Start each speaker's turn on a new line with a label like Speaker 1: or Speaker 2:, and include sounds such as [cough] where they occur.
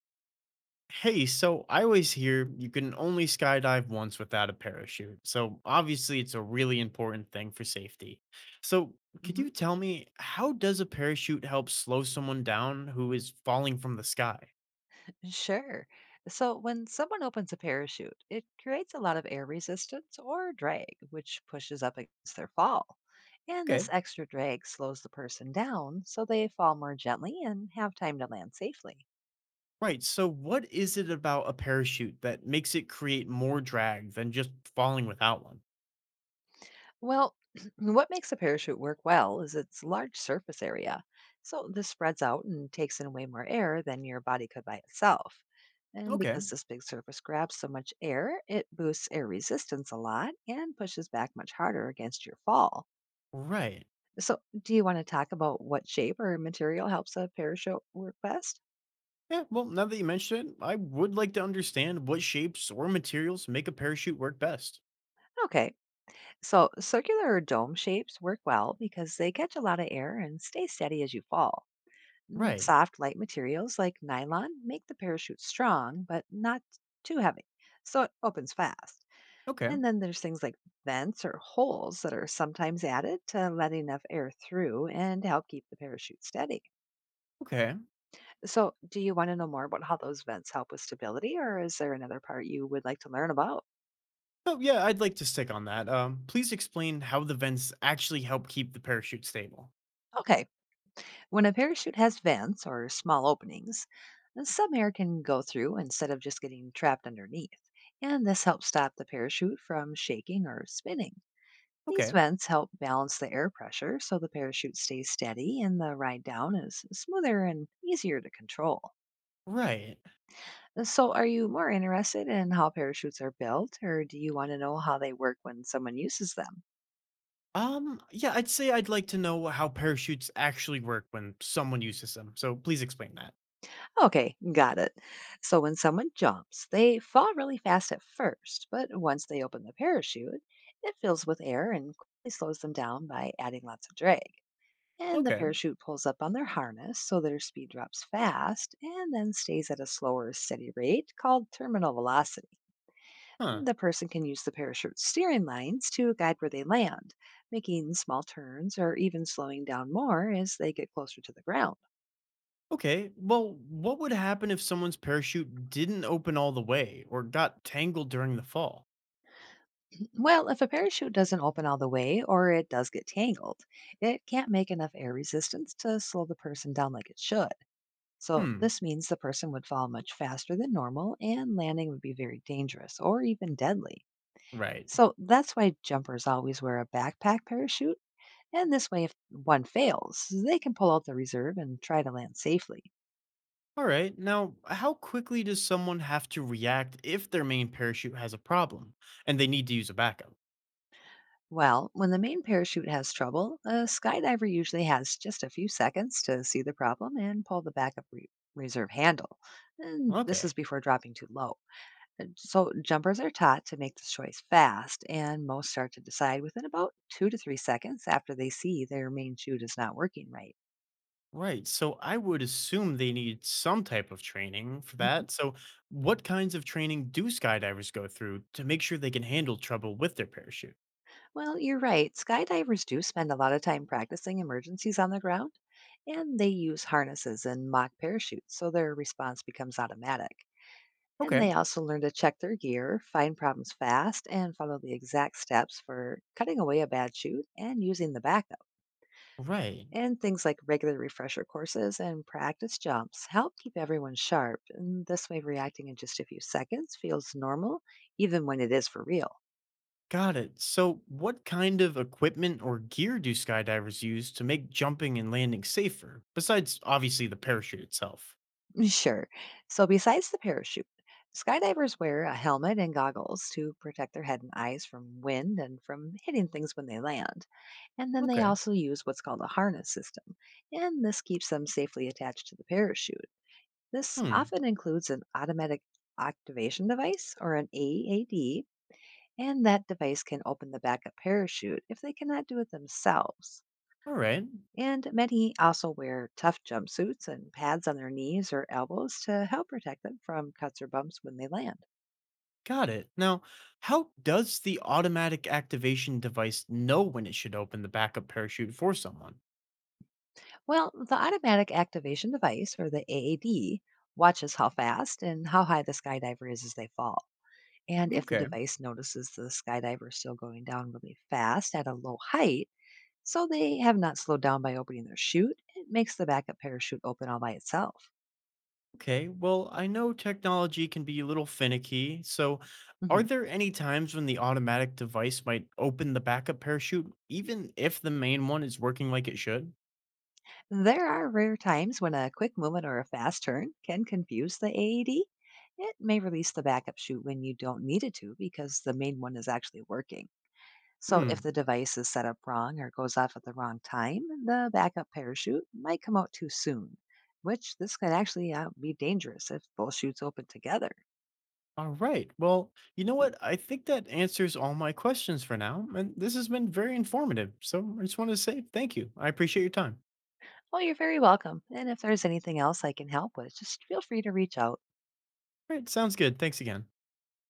Speaker 1: Hey, so I always hear you can only skydive once without a parachute. So obviously, it's a really important thing for safety. So, could you
Speaker 2: hmm
Speaker 1: tell me, how does a parachute help slow someone down who is falling from the sky?
Speaker 2: Sure. So when someone opens a parachute, it creates a lot of air resistance or drag, which pushes up against their fall. And this
Speaker 1: Okay.
Speaker 2: extra drag slows the person down so they fall more gently and have time to land safely.
Speaker 1: Right. So, what is it about a parachute that makes it create more drag than just falling without one?
Speaker 2: Well, [clears throat] what makes a parachute work well is its large surface area. So this spreads out and takes in way more air than your body could by itself. And
Speaker 1: Okay.
Speaker 2: because this big surface grabs so much air, it boosts air resistance a lot and pushes back much harder against your fall.
Speaker 1: Right.
Speaker 2: So, do you want to talk about what shape or material helps a parachute work best?
Speaker 1: Yeah, well, now that you mention it, I would like to understand what shapes or materials make a parachute work best.
Speaker 2: Okay, so circular or dome shapes work well because they catch a lot of air and stay steady as you fall.
Speaker 1: Right.
Speaker 2: Soft, light materials like nylon make the parachute strong, but not too heavy, so it opens fast.
Speaker 1: Okay.
Speaker 2: And then there's things like vents or holes that are sometimes added to let enough air through and help keep the parachute steady.
Speaker 1: Okay.
Speaker 2: So, do you want to know more about how those vents help with stability, or is there another part you would like to learn about?
Speaker 1: Oh, yeah, I'd like to stick on that. Please explain how the vents actually help keep the parachute stable.
Speaker 2: Okay, when a parachute has vents or small openings, some air can go through instead of just getting trapped underneath, and this helps stop the parachute from shaking or spinning. These
Speaker 1: Okay,
Speaker 2: vents help balance the air pressure so the parachute stays steady and the ride down is smoother and easier to control.
Speaker 1: right.
Speaker 2: So are you more interested in how parachutes are built, or do you want to know how they work when someone uses them?
Speaker 1: Yeah, I'd say I'd like to know how parachutes actually work when someone uses them. So please explain that.
Speaker 2: Okay, got it. So when someone jumps, they fall really fast at first, but once they open the parachute, it fills with air and quickly slows them down by adding lots of drag. And the
Speaker 1: Okay.
Speaker 2: parachute pulls up on their harness so their speed drops fast and then stays at a slower, steady rate called terminal velocity.
Speaker 1: Huh.
Speaker 2: The person can use the parachute steering lines to guide where they land, making small turns or even slowing down more as they get closer to the ground.
Speaker 1: Okay. Well, what would happen if someone's parachute didn't open all the way or got tangled during the fall?
Speaker 2: Well, if a parachute doesn't open all the way or it does get tangled, it can't make enough air resistance to slow the person down like it should. So,
Speaker 1: Hmm.
Speaker 2: this means the person would fall much faster than normal and landing would be very dangerous or even deadly.
Speaker 1: Right.
Speaker 2: So, that's why jumpers always wear a backpack parachute. And this way, if one fails, they can pull out the reserve and try to land safely.
Speaker 1: All right. Now, how quickly does someone have to react if their main parachute has a problem and they need to use a backup?
Speaker 2: Well, when the main parachute has trouble, a skydiver usually has just a few seconds to see the problem and pull the backup reserve handle. And this
Speaker 1: Okay.
Speaker 2: is before dropping too low. And so, jumpers are taught to make this choice fast, and most start to decide within about 2 to 3 seconds after they see their main chute is not working right.
Speaker 1: Right. So I would assume they need some type of training for
Speaker 2: Mhm.
Speaker 1: that. So, what kinds of training do skydivers go through to make sure they can handle trouble with their parachute?
Speaker 2: Well, you're right. Skydivers do spend a lot of time practicing emergencies on the ground, and they use harnesses and mock parachutes, so their response becomes automatic. And
Speaker 1: Okay.
Speaker 2: they also learn to check their gear, find problems fast, and follow the exact steps for cutting away a bad shoot and using the backup.
Speaker 1: Right.
Speaker 2: And things like regular refresher courses and practice jumps help keep everyone sharp. And this way, reacting in just a few seconds feels normal, even when it is for real.
Speaker 1: Got it. So, what kind of equipment or gear do skydivers use to make jumping and landing safer, besides obviously the parachute itself?
Speaker 2: Sure. So, besides the parachute, skydivers wear a helmet and goggles to protect their head and eyes from wind and from hitting things when they land. And then they
Speaker 1: Okay.
Speaker 2: also use what's called a harness system, and this keeps them safely attached to the parachute. This
Speaker 1: Hmm.
Speaker 2: often includes an automatic activation device or an AAD, and that device can open the backup parachute if they cannot do it themselves.
Speaker 1: All right.
Speaker 2: And many also wear tough jumpsuits and pads on their knees or elbows to help protect them from cuts or bumps when they land.
Speaker 1: Got it. Now, how does the automatic activation device know when it should open the backup parachute for someone?
Speaker 2: Well, the automatic activation device, or the AAD, watches how fast and how high the skydiver is as they fall. And if the
Speaker 1: Okay.
Speaker 2: device notices the skydiver is still going down really fast at a low height, so they have not slowed down by opening their chute, it makes the backup parachute open all by itself.
Speaker 1: Okay, well, I know technology can be a little finicky, so are
Speaker 2: Mhm.
Speaker 1: there any times when the automatic device might open the backup parachute, even if the main one is working like it should?
Speaker 2: There are rare times when a quick movement or a fast turn can confuse the AED. It may release the backup chute when you don't need it to because the main one is actually working. So, if
Speaker 1: Hmm.
Speaker 2: the device is set up wrong or goes off at the wrong time, the backup parachute might come out too soon, which this could actually be dangerous if both chutes open together.
Speaker 1: All right. Well, you know what? I think that answers all my questions for now, and this has been very informative. So I just wanted to say thank you. I appreciate your time.
Speaker 2: Well, you're very welcome. And if there's anything else I can help with, just feel free to reach out.
Speaker 1: All right, sounds good. Thanks again.